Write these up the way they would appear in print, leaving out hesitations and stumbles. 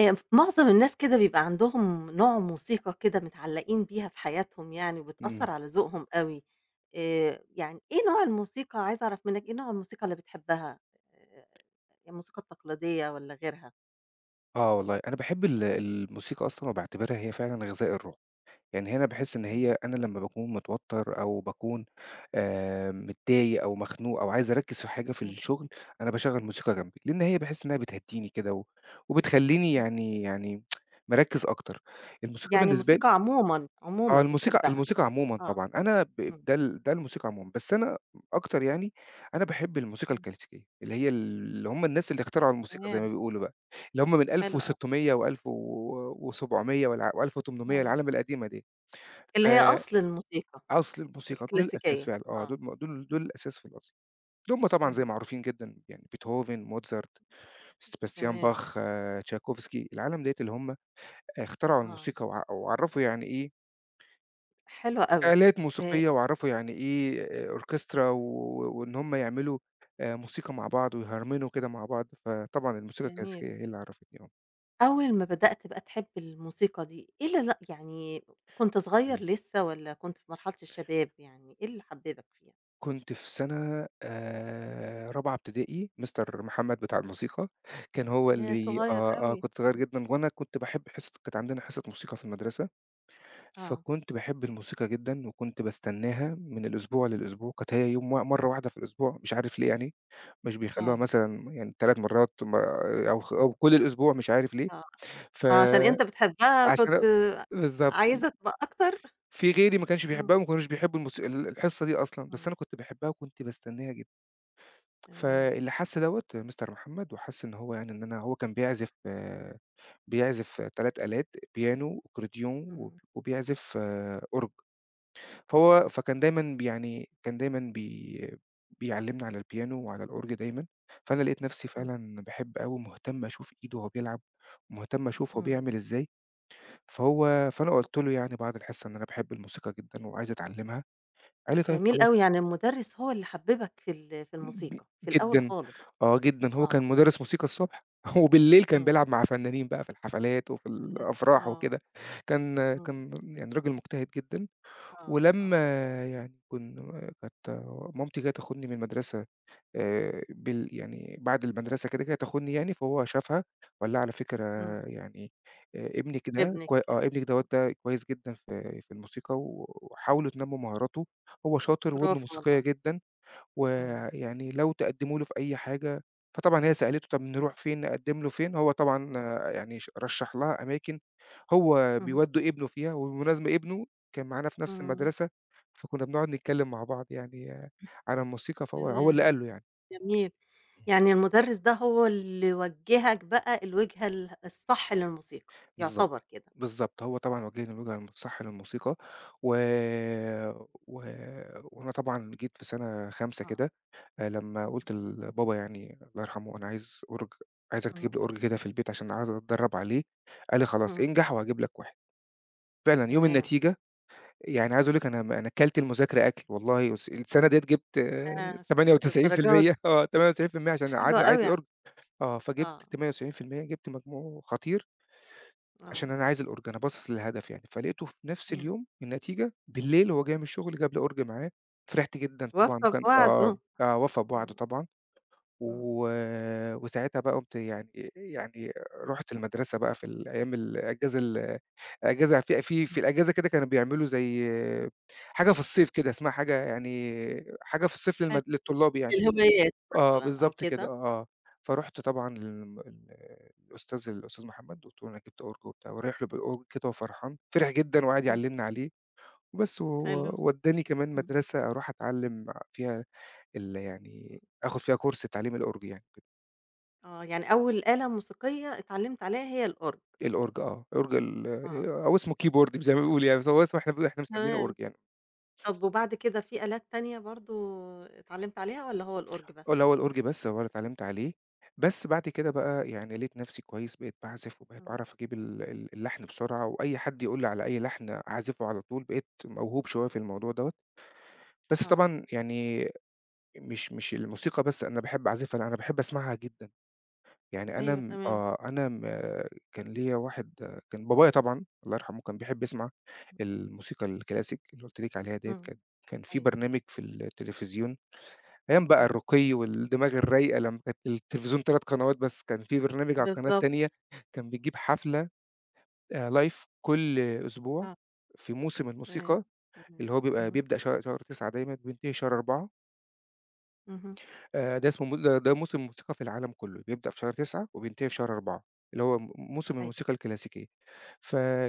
ف معظم الناس كده بيبقى عندهم نوع موسيقى كده متعلّقين بيها في حياتهم يعني إمم. وبتأثّر على ذوقهم أوي، يعني إيه نوع الموسيقى عايزة أعرف منّك إيه نوع الموسيقى اللي بتحبها؟ آآ الموسيقى التقليدية والّا غيرها؟ آه والله، أنا باحب الموسيقى أصلًا وباعتبرها هي فعلًا غذاء الروح، يعني هنا باحس إن هي تمام، أنا لمّا باكون متوتر أو باكون متضايق أو مخنوق أو عايز أركّز في حاجة في اهم، الشغل، أنا باشغّل موسيقى جنبي، لإن هي باحس إنها بتهدّيني كده وبتخلّيني إمم. يعني مركّز أكتر. الموسيقى يعني بالنسبة الموسيقى عمومًا، آه، عمومًا الموسيقى بتحبها، الموسيقى عمومًا آه، طبعًا، أنا ب إمم، ده ال ده الموسيقى عمومًا، بس أنا أكتر يعني أنا باحب الموسيقى إمم، الكلاسيكية، اللي هم الناس اللي اخترعوا الموسيقى زي ما تمام، بيقولوا بقى، اللي هم من حلو أوي، 1600 وألف و700 و1800 آه، العالم القديمة ديّة، اللي هي فأصل أصل الموسيقى الموسيقى دول الأساس الكلاسيكية، فعلًا، آه، آه، دول م دول دول إمم، الأساس في الأصل، اللي هم طبعًا زي اهم، معروفين جدًا يعني بيتهوفن، موتزارت، سباستيان تمام، باخ، آه، تشايكوفسكي، العالم ديّة اللي هم اخترعوا آه، الموسيقى وعرّفوا يعني إيه حلو أوي، آلات آآ موسيقية وعرّفوا يعني إيه أوركسترا وإن هم يعملوا موسيقى مع بعض ويهرمنوا كده مع بعض، فطبعًا الموسيقى جميل. الكلاسيكية هي اللي عرّفتني آه. أول ما بدأت بقى تحب الموسيقى دي، إيه اللي لأ يعني كنت صغير إمم. لسه والّا كنت في مرحلة الشباب يعني، إيه اللي حببك فيها؟ كنت في سَنة رابعة ابتدائي. مستر محمد بتاع الموسيقى كان هو ياه! اللي صغير أوي. كنت صغير إمم، جدًا، وأنا كنت باحب حصة، كانت عندنا حصة موسيقى في المدرسة، آه، فكنت باحب الموسيقى جدًا وكنت باستناها من الأسبوع للأسبوع، كانت هي يوم وا مرّة واحدة في الأسبوع، مش عارف ليه يعني. مش بيخلّوها آه، مثلًا يعني 3 مرّات ما أو خ أو كل الأسبوع مش عارف ليه، آه، عشان أنت فعشان بتحبها كنت بالضبط. عايزة تبقى أكتر؟ في غيري ما كانش إمم، بيحبها وما كانوش بيحبوا الموس ال الحصة دي أصلًا، بس إمم، أنا كنت باحبها وكنت باستناها جدًا. تمام، فاللي حَس دوّة مستر محمد وحَس إن هو يعني إن أنا هو كان بيعزف 3 آلات: بيانو، أكورديون، وب إمم، وبيعزف آه، أورج. فكان آه، دايمًا ب يعني كان دايمًا بيعلّمني على البيانو وعلى الأورج دايمًا، فأنا لقيت نفسي إمم، فعلًا باحب أوي، ومهتم أشوف إيده وهو بيلعب، ومهتم أشوف هو إمم، بيعمل إزاي، فأنا قُلت له يعني بعد الحصة إن أنا باحب الموسيقى جدًا وعايز أتعلّمها، قال لي: "طيب جميل خلاص." أوي، يعني المُدرّس هو اللي حببك في ال في ج الموسيقى، في الأول جدًا، خالص، آه جدًا، هو كان آه، مُدرّس موسيقى الصبح وبالليل كان إمم، بيلعب مع فنانين بقى في الحفلات وفي تمام، الأفراح آه، وكده، كان إمم، كان يعني راجل مجتهد جدًا. آه، ولمّا آه، يعني كنا كانت مامتي جاية تاخدني من المدرسة بال يعني بعد المدرسة كده، جاية تاخدني يعني، فهو شافها وقال لها: "على فكرة إمم، يعني ابنِك ده ابنِك كوي آه ابنِك دوّة آه، ده كويس جدًا في الموسيقى، وحاولوا تنمّوا مهاراته، هو شاطر ودنه برافو والله. موسيقية جدًا، إمم، ويعني لو تقدّموا له في أي حاجة." فطبعًا هي سألته: طَب نروح فين، نقدّم له فين؟ هو طبعًا آه، يعني رشّح لها أماكن هو اهم، بيودّوا ابنه فيها، وبالمناسبة ابنه كان معانا في نفس إمم، المدرسة، فكُنّا بنقعد نتكلّم مع بعض يعني آه، على الموسيقى، فهو اللي تمام، قال له يعني. جميل، يعني المُدرّس ده هو اللي وجّهك بقى الوجهة الصح للموسيقى، بالضبط. يعتبر كده، بالضبط، هو طبعًا وجّهني الوجهة الصح للموسيقى، و و وأنا طبعًا جيت في سَنة 5 آه، كده لمّا إمم، قُلت لبابا يعني الله يرحمه: "أنا عايز أورج، عايزك تجيب إمم، لي أورج كده في البيت عشان عايز أتدرّب عليه." قال لي: "خلاص، إمم، انجح وهاجيب لك واحد." فعلًا يوم تمام، النتيجة يعني عايز أقول لِك أنا أنا كلت المذاكرة أكل والله، السنة ديّة جبت عاش للدرجة دي، 98% آه 98% عشان حلو عاد عايز أوي عش أورج آه، فجبت آه، 98%، جبت مجموع خطير آه، عشان أنا عايز الأورج، أنا باصص للهدف يعني، فلقيته في نفس إمم، اليوم النتيجة بالليل وهو جاي من الشغل جاب لي أورج معاه، فرحت جدًا طبعًا، وفّى وكان آه، بوعده، آه، وفى بوعده إمم، طبعًا. إمم، و وساعتها بقى قُمت يعني يعني إمم، رُحت المدرسة بقى في أيام الأجازة ال أجازة في في في إمم، الأجازة كده كانوا بيعملوا زي حاجة في الصيف كده، اسمها حاجة يعني حاجة في الصيف حلو، للطلاب يعني. الهوايات آه، مثلًا أو بالضبط كده كده، آه. فرُحت طبعًا للم ال الأستاذ الأستاذ محمد، قُلت له: "أنا جِبت أورج وبتاع." ورايح له بالأورج كده وفرحان، فرح جدًا وقعد إمم، يعلّمنا عليه وبس، حلو، ودّاني كمان إمم، مدرسة أروح أتعلّم فيها إمم، يعني آخُد فيها كورس تعليم الأورج يعني. آه، يعني أول آلة موسيقية اتعلّمت عليها هي الأورج، الأورج آه، أورج ال آه، هو اسمه keyboard زي ما بيقولوا يعني، بس هو اسمه، إحنا مسمينه تمام. أورج يعني، طب وبعد كده في آلات تانية برضه اتعلّمت عليها والّا هو الأورج آه، بس؟ اللي هو الأورج بس هو أنا اتعلّمت عليه، بس بعد كده بقى يعني لقيت نَفْسي كويس، بقيت باعزف وبقيت إمم، باعرف أجيب ال ال اللحن بسرعة، وأي حد يقول لي على أي لحن أعزفه على طول، بقيت موهوب شوية في الموضوع دوّة، بس آه، طبعًا يعني مش الموسيقى بس أنا باحب أعزفها، لأ، أنا باحب أسمعها جدًا. يعني أنا أيوه م تمام، آه، أنا م كان ليّا واحد آه، كان بابايا طبعًا الله يرحمه كان بيحب يسمع الموسيقى الكلاسيك اللي قُلت لِك عليها ديّة، إمم، كان في أيوه، برنامج في التلفزيون أيام بقى إمم، الرقي والدماغ الرايقة لمّا كانت التلفزيون 3 قنوات بس، كان في برنامج على القناة بالضبط، التانية، كان بيجيب حفلة live كل أسبوع آه، في موسم تمام، الموسيقى، تمام، اللي هو بيبقى إمم، بيبدأ شهر 9 دايمًا وبينتهي شهر 4. اهم، ده اسمه م ده ده موسم موسيقى في العالم كُلّه، بيبدأ في شهر 9 وبينتهي في شهر 4، اللي هو موسم أيوه، الموسيقى الكلاسيكية.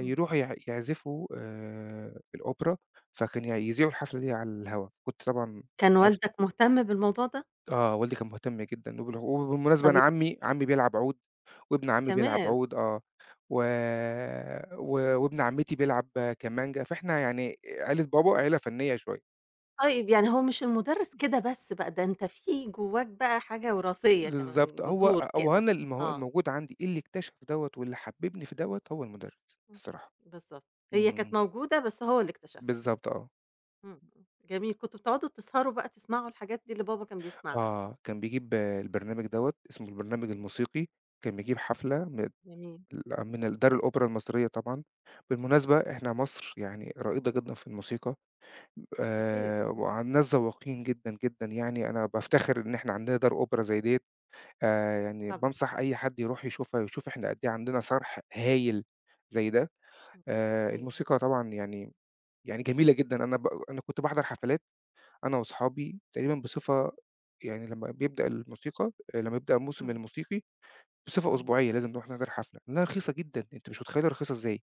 إمم، يعزفوا في الأوبرا، فكان يذيعوا الحفلة دي على الهوا، كنت طبعًا كان قعدت والدك مهتم بالموضوع ده؟ آه، والدي كان مهتم جدًا، وبالمناسبة طب أنا عمي بيلعب عُود، وابن عمي بيلعب كمان! عُود آه، و و وابن عمتي بيلعب كمانجا، فإحنا يعني عيلة بابا عيلة فنية شوية. طيب يعني هو مش المُدرّس كده بس بقى، ده أنت في جواك بقى حاجة وراثية بالضبط، كمان، هو جذور هو كده، أنا آه، الموجود عندي إيه اللي اكتشف دوّة، واللي حبّبني في دوّة هو المدرس إمم، الصراحة، بالضبط، هي كانت إمم، موجودة بس هو اللي اكتشفها، بالضبط آه، إمم، إمم، جميل، كنتم بتقعدوا تسهروا بقى تسمعوا الحاجات دي اللي بابا كان بيسمعها؟ آه، كان بيجيب آه، البرنامج دوّة اسمه البرنامج الموسيقي، كان بيجيب حفلة من ال جميل. من ال دار الأوبرا المصرية طبعًا، بالمناسبة إحنا مصر يعني رائدة جدًا في الموسيقى، أكيد. إمم، وناس ذواقين جدًا، جدًا، يعني أنا إمم، بافتخر إن إحنا عندنا دار أوبرا زي ديّة، يعني طبعًا. بانصح أي حد يروح يشوفها، يشوف إحنا قد إيه عندنا صرح هايل زي ده. إمم. أيوه. الموسيقى طبعًا يعني يعني جميلة جدًا، أنا كنت باحضر حفلات أنا وأصحابي تقريبًا بصفة يعني، لمّا بيبدأ الموسيقى لمّا يبدأ الموسم إمم، الموسيقي بصفة إمم. أسبوعية لازم نروح نحضر حفلة، لأنها رخيصة جدًا، أنت مش متخيّل هي رخيصة إزاي،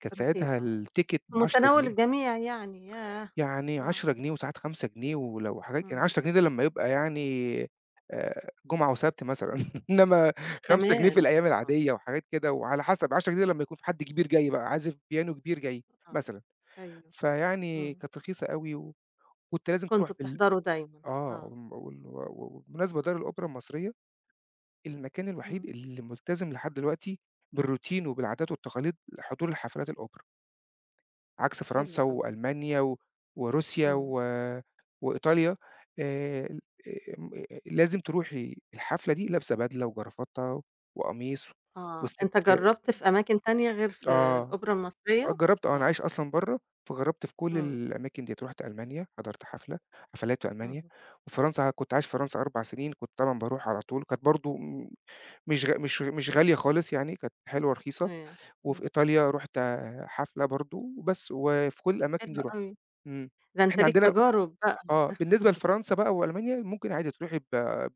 كانت ساعتها رخيصة. التيكت في ب10 متناول جنيه، الجميع يعني، ياه! يعني آه. 10 جنيه وساعات 5 جنيه، ولو حاجات يعني إمم. 10 جنيه ده لمّا يبقى يعني جمعة وسبت مثلًا، إنّما 5 جنيه في كمان! الأيام آه، آه، العادية وحاجات كده، وعلى حسب 10 جنيه لمّا يكون في حد كبير جاي بقى، عازف بيانو كبير جاي آه. مثلًا. أيوه. فيعني إمم. كانت رخيصة أوي، وكنت لازم تروح كنتم بتحضروا دايمًا. آه، آه. وم وال و وبالمناسبة دار الأوبرا المصرية المكان الوحيد إمم. اللي ملتزم لحد دلوقتي بالروتين وبالعادات والتقاليد لحضور الحفلات الأوبرا، عكس حلو فرنسا أوي. وألمانيا وروسيا إمم. وإيطاليا. ال آمم، لازم تروحي الحفلة دي لابسة بدلة وجرافطة وقميص، آه. والست أنت جرّبت في أماكن تانية غير في آه. الأوبرا آه، المصرية؟ جرّبت آه، أنا آه. عايش أصلًا برّه، فجرّبت في كل إمم، الأماكن ديّة، رُحت ألمانيا، حضرت حفلات في ألمانيا، اهم. وفرنسا كنت عايش في فرنسا 4 سنين، كنت طبعًا باروح على طول، كانت برضه م مش غ مش غ مش غالية خالص يعني، كانت حلوة رخيصة، تمام. وفي إمم. إيطاليا رُحت آه، حفلة برضه وبس، وفي كل الأماكن حلو دي رُحت. أوي. إمم. ده أنت إحنا ليك عندنا تجارب بقى. آه، بالنسبة لفرنسا بقى وألمانيا ممكن عادي تروحي ب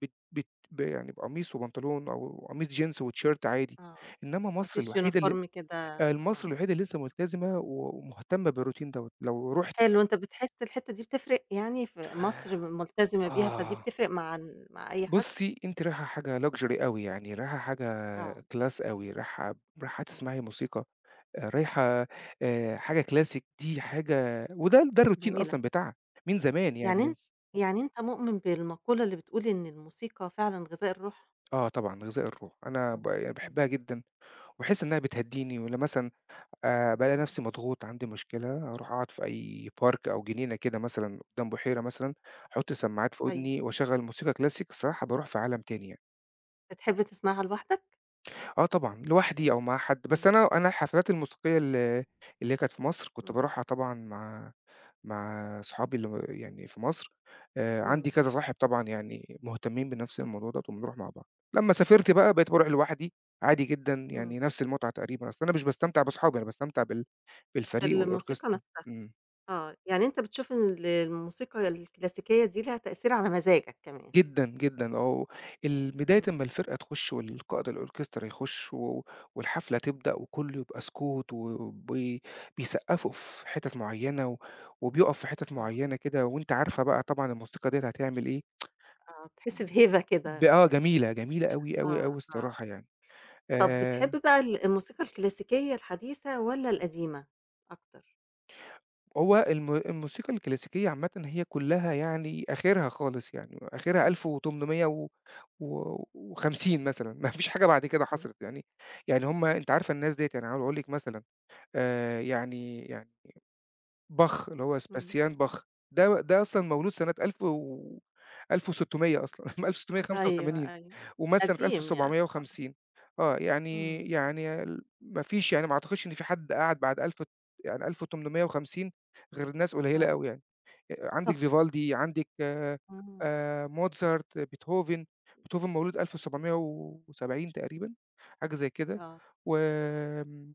بت بت ب يعني بقميص وبنطلون، أو قميص جينز وتيشيرت عادي، آه. إنّما ما مصر فيش الوحيدة اللي يونيفورم كده مصر آه. الوحيدة اللي لسه ملتزمة ومهتمة بالروتين دوّة، لو رُحت حلو، أنت بتحس الحتّة دي بتفرق يعني في مصر ملتزمة بيها، فدي آه، بتفرق مع مع أي حد؟ بُصّي، أنتِ رايحة حاجة luxury أوي يعني، رايحة حاجة آه، class أوي، رايحة آه، تسمعي موسيقى، رايحة حاجة classic، دي حاجة، ده الروتين جميلة. أصلًا بتاعها من زمان يعني، يعني من أن س يعني أنت مؤمن بالمقولة اللي بتقول إن الموسيقى فعلًا غذاء الروح؟ آه طبعًا غذاء الروح، أنا إمم، يعني إمم، باحبها جدًا، وأحس إنها بتهدّيني، ولما مثلًا بالاقي آه، نفسي مضغوط، عندي مشكلة، أروح أقعد في أي park أو جنينة كده مثلًا قدّام بحيرة مثلًا، أحُط سماعات في أيوه. ودني وأشغّل موسيقى كلاسيك، الصراحة باروح في عالم تاني يعني. بتحب تسمعها لوحدك؟ آه طبعًا، لوحدي أو مع حد، إمم، بس أنا الحفلات الموسيقية اللي هي كانت في مصر كنت إمم، باروحها طبعًا مع صحابي اللي يعني في مصر، عندي إمم، كذا صاحب طبعًا يعني مهتمين بنفس الموضوع دوّة وبنروح مع بعض. لمّا سافرت بقى بقيت باروح لوحدي عادي جدًا، إمم، يعني نفس المتعة تقريبًا، أصل أنا مش باستمتع باصحابي، أنا باستمتع بالفريق بالموسيقى والأوركسترا. نفسها، إمم. آه، يعني أنت بتشوف إن الموسيقى الكلاسيكية دي ليها تأثير على مزاجك كمان؟ جدًا، جدًا آه، بداية إمم، أمّا الفرقة تخُش والقائد الأوركسترا يخُش، والحفلة تبدأ وكلّه يبقى سكوت، بيسقّفوا في حِتَت معيّنة، وبيُقف في حِتَت آه، معيّنة كده، وأنت عارفة بقى طبعًا الموسيقى ديّة هتعمل إيه، آه، تحس بهيبة كده، آه جميلة، جميلة أوي، أوي، آه، أوي آه. الصراحة يعني. طب بتحب آآ بقى الموسيقى الكلاسيكية الحديثة والّا القديمة أكتر؟ هو الموسيقى الكلاسيكية عامةً هي كلّها يعني آخرها خالص يعني، آخرها إمم، 1800 و و وخمسين مثلًا، ما فيش حاجة بعد كده إمم، حصلت يعني، يعني هُم أنتِ عارفة الناس ديّة يعني هاقول لك مثلًا يعني باخ، اللي هو إمم. سباستيان باخ. ده أصلًا مولود سنة ألف و 1600 أصلًا أيوه، 1685، أيوه. ومات سنة قديم يعني آه. 1750. آه، يعني إمم، يعني ال ما فيش يعني ما أعتقدش إن في حد قعد بعد ألف وت يعني 1850 غير ناس قليلة آه. أوي يعني. طب عندِك فيفالدي، عندِك إمم، موتزارت، بيتهوفن. بيتهوفن مولود 1770 تقريبًا، حاجة زي كده. آه. وآمم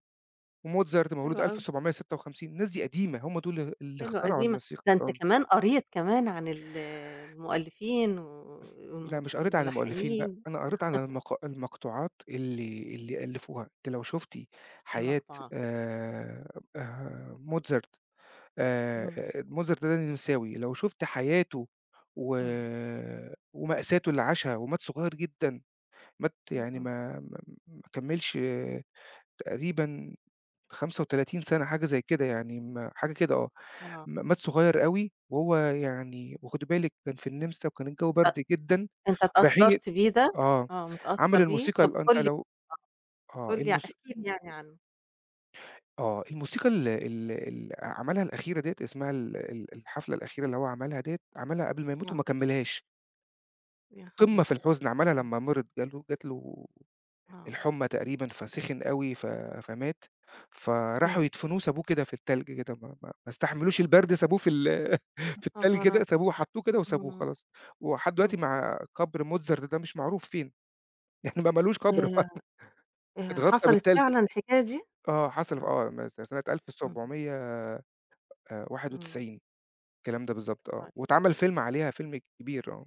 وMozart حلو مولود أوي، 1756. الناس دي قديمة، هم دول اللي حلو اخترعوا قديمة. الموسيقى، ده أنت آه. كمان قريت كمان عن ال المؤلفين و لأ، والم مش قريت عن المؤلفين بقى، والملحنين أنا قريت عن المقطوعات اللي ألفوها. أنتِ لو شُفتِ حياة المقطوعات. آآ آآ Mozart آآ إمم، Mozart ده نمساوي. لو شُفت حياته و إمم، ومأساته اللي عاشها ومات صغير جدًا. مات يعني اهم. ما كمّلش تقريبًا 35 سَنة، حاجة زي كده يعني، ما حاجة كده، آه. آه. مات صغير أوي، وهو يعني، وخدي بالِك كان في النمسا وكان الجو أ برد جدًا. أنت رايحين ي اتأثّرت بيه ده؟ آه، آه، عمل متأثّر بيه؟ الموسيقى طب ال قُل أنت لي لو آه، قُل لي الموس احكِ لي يعني عنه. آه، الموسيقى ال ال ال عملها الأخيرة ديّة اسمها ال ال الحفلة الأخيرة اللي هو عملها ديّة، عملها قبل ما يموت آه، وما كمّلهاش. يا قمة خبر! في الحزن، عملها إمم. لمّا مرض، جات له آه، الحُمّى تقريبًا، فسِخِن أوي فمات. فراحوا إمم، يدفنوه، سابوه كده في التلج كده، ما استحملوش البرد، سابوه في ال في التلج خبر أب كده، سابوه، حطّوه كده إمم، وسابوه خلاص. ولحد دلوقتي إمم، مع قبر موتزارت ده مش معروف فين، يعني ما لوش قبر. آآ، اتغطّى حصلت بالتلج، فعلًا الحكاية دي؟ آه، حصل ف آه، آه م سنة إمم، إمم، 1791 الكلام ده بالضبط، آه، طيب، طيب، واتعمل فيلم عليها، فيلم كبير، آه.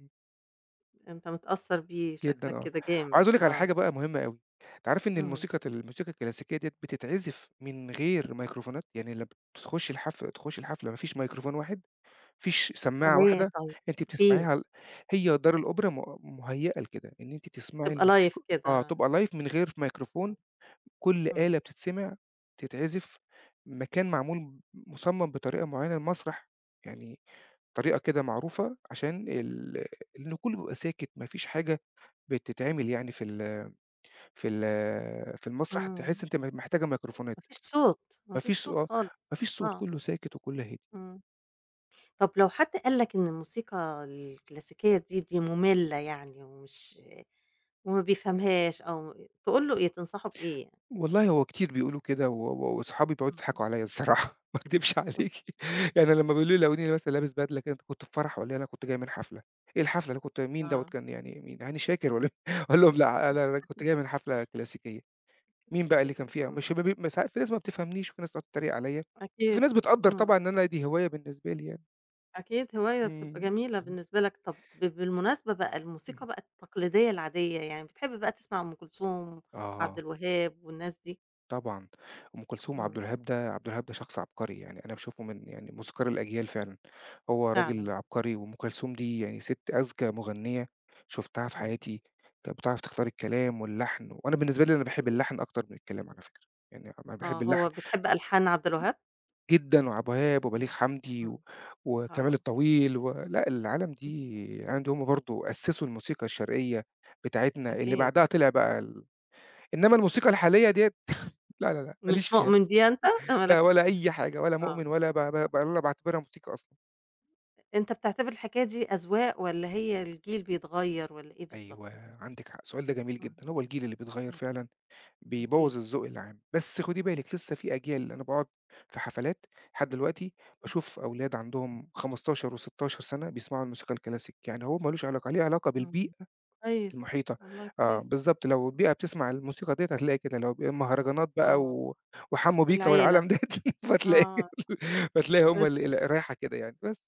أنت متأثّر بيه جدًا، شكلك آه. كده جامد، وعايز أقول لِك على آه، حاجة بقى مهمة أوي. أنتِ عارف إن اهم، الموسيقى الكلاسيكية ديّة بتتعزف من غير ميكروفونات؟ يعني لمّا بتخشي الحفلة تخشي الحفلة ما فيش ميكروفون واحد، ما فيش سماعة ليه واحدة. طيب، أنتِ ليه؟ بتسمعيها هي دار الأوبرا مهيّأة لكده، إن أنتِ تسمعي بتبقى live الموسيقى، آه، كده، تبقى لايف من غير ميكروفون. كل إمم، آلة بتتسمع، بتتعزف، مكان معمول مُصمم بطريقة معيّنة، المسرح يعني طريقة كده معروفة عشان لإن كُلّه بيبقى ساكت، ما فيش حاجة بتتعمل يعني في ال في المسرح، إمم، تحس أنت محتاجة ما ميكروفونات. فيش صوت، ما ما فيش فيش صو صوت خالص، ما فيش صوت، آه، كُلّه ساكت وكُلّه هادي. إمم، طب لو حد قال لك إن الموسيقى الكلاسيكية دي، دي مملة يعني ومش وما بيفهمهاش أو تقول له إيه، تنصحه بإيه يعني؟ والله هو كتير بيقولوا كده و و وأصحابي بيقعدوا إمم، يضحكوا عليّا الصراحة، ما أكدبش عليكِ، يعني لمّا بيقولوا لي لاقوني مثلًا لابس بدلة كده، أنت كنت في فرح والّا إيه؟ أنا كنت جاي من حفلة. إيه الحفلة اللي كنت، مين دوّة آه. كان يعني، مين، هاني شاكر والّا مين؟ أقول لهم لأ، أنا كنت جاي من حفلة كلاسيكية. مين بقى اللي كان كلاسيكية، فيها؟ مش إمم، ما بي ما ساعات في ناس ما بتفهمنيش، وفي ناس تقعد تتريق عليَّ، وفي أكيد، ناس بتقدّر إمم، طبعًا إن أنا دي هواية بالنسبة لي يعني. أكيد هواية بتبقى إمم. جميلة اهم، بالنسبة لك، طب ب بالمناسبة بقى الموسيقى إمم. بقى التقليدية العادية، يعني بتحب بقى تسمع أم كلثوم وعبد آه، الوهاب والناس دي؟ طبعًا. أم كلثوم إمم، وعبد الوهاب، عبد الوهاب ده شخص عبقري، يعني أنا باشوفه من يعني موسيقار الأجيال فعلًا، هو فعلًا، راجل عبقري، وأم كلثوم دي يعني سِت أذكى مغنية شُفتها في إمم، حياتي، كانت بتعرف تختار الكلام واللحن، وأنا بالنسبة لي أنا باحب حقيقي، اللحن أكتر من الكلام على فكرة، يعني أنا آه، باحب اللحن هو بتحب ألحان عبد الوهاب؟ جدًا، وعبد الوهاب إمم، وبليغ حمدي إمم، وكمال آه، الطويل لأ، العالم اهم، دي العالم دي هُم برضه أسسوا الموسيقى الشرقية بتاعتنا، اللي أكيد، بعدها طلع إمم، بقى إنّما الموسيقى الحالية ديّة، لا، لا، لأ، ما مش ليش فيها، مؤمن بيها أنت؟ ما لا لكش ولا فيها، أي حاجة ولا آه، مؤمن ولا ب ب ولا باعتبرها موسيقى أصلًا. أنت بتعتبر الحكاية دي أذواق والّا هي الجيل بيتغيّر والّا إيه بالضبط؟ أيوه، عندِك حق، السؤال ده جميل إمم، جدًا، هو الجيل اللي بيتغيّر إمم، فعلًا بيبوّظ الجيل. الذوق العام، بس خُدي بالِك لسه في أجيال، أنا باقعد في حفلات لحد دلوقتي باشوف أولاد عندهم 15 و16 سَنة بيسمعوا الموسيقى الكلاسيك، يعني هو ما لوش علاقة، ليه علاقة إمم، بالبيئة كويس، المحيطة، والله آه، كويس، بالضبط، لو البيئة بتسمع الموسيقى ديّة هتلاقي كده، لو مهرجانات بقى آه، وحمو بيكا العيلة، والعالم ديّة، فتلاقي آه، فتلاقي هم ال ال رايحة كده يعني، بس.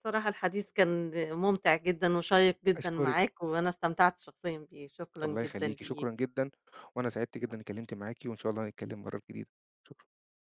بصراحة الحديث كان ممتع جدًا وشيّق جدًا أشكرِك، معاك، وأنا استمتعت شخصيًا بيه، شكرًا الله جدًا يخليكِ، ليك. شكرًا جدًا، وأنا سعدت جدًا إني اتكلمت معاكِ، وإن شاء الله نتكلم المرّة الجديدة، شكرًا.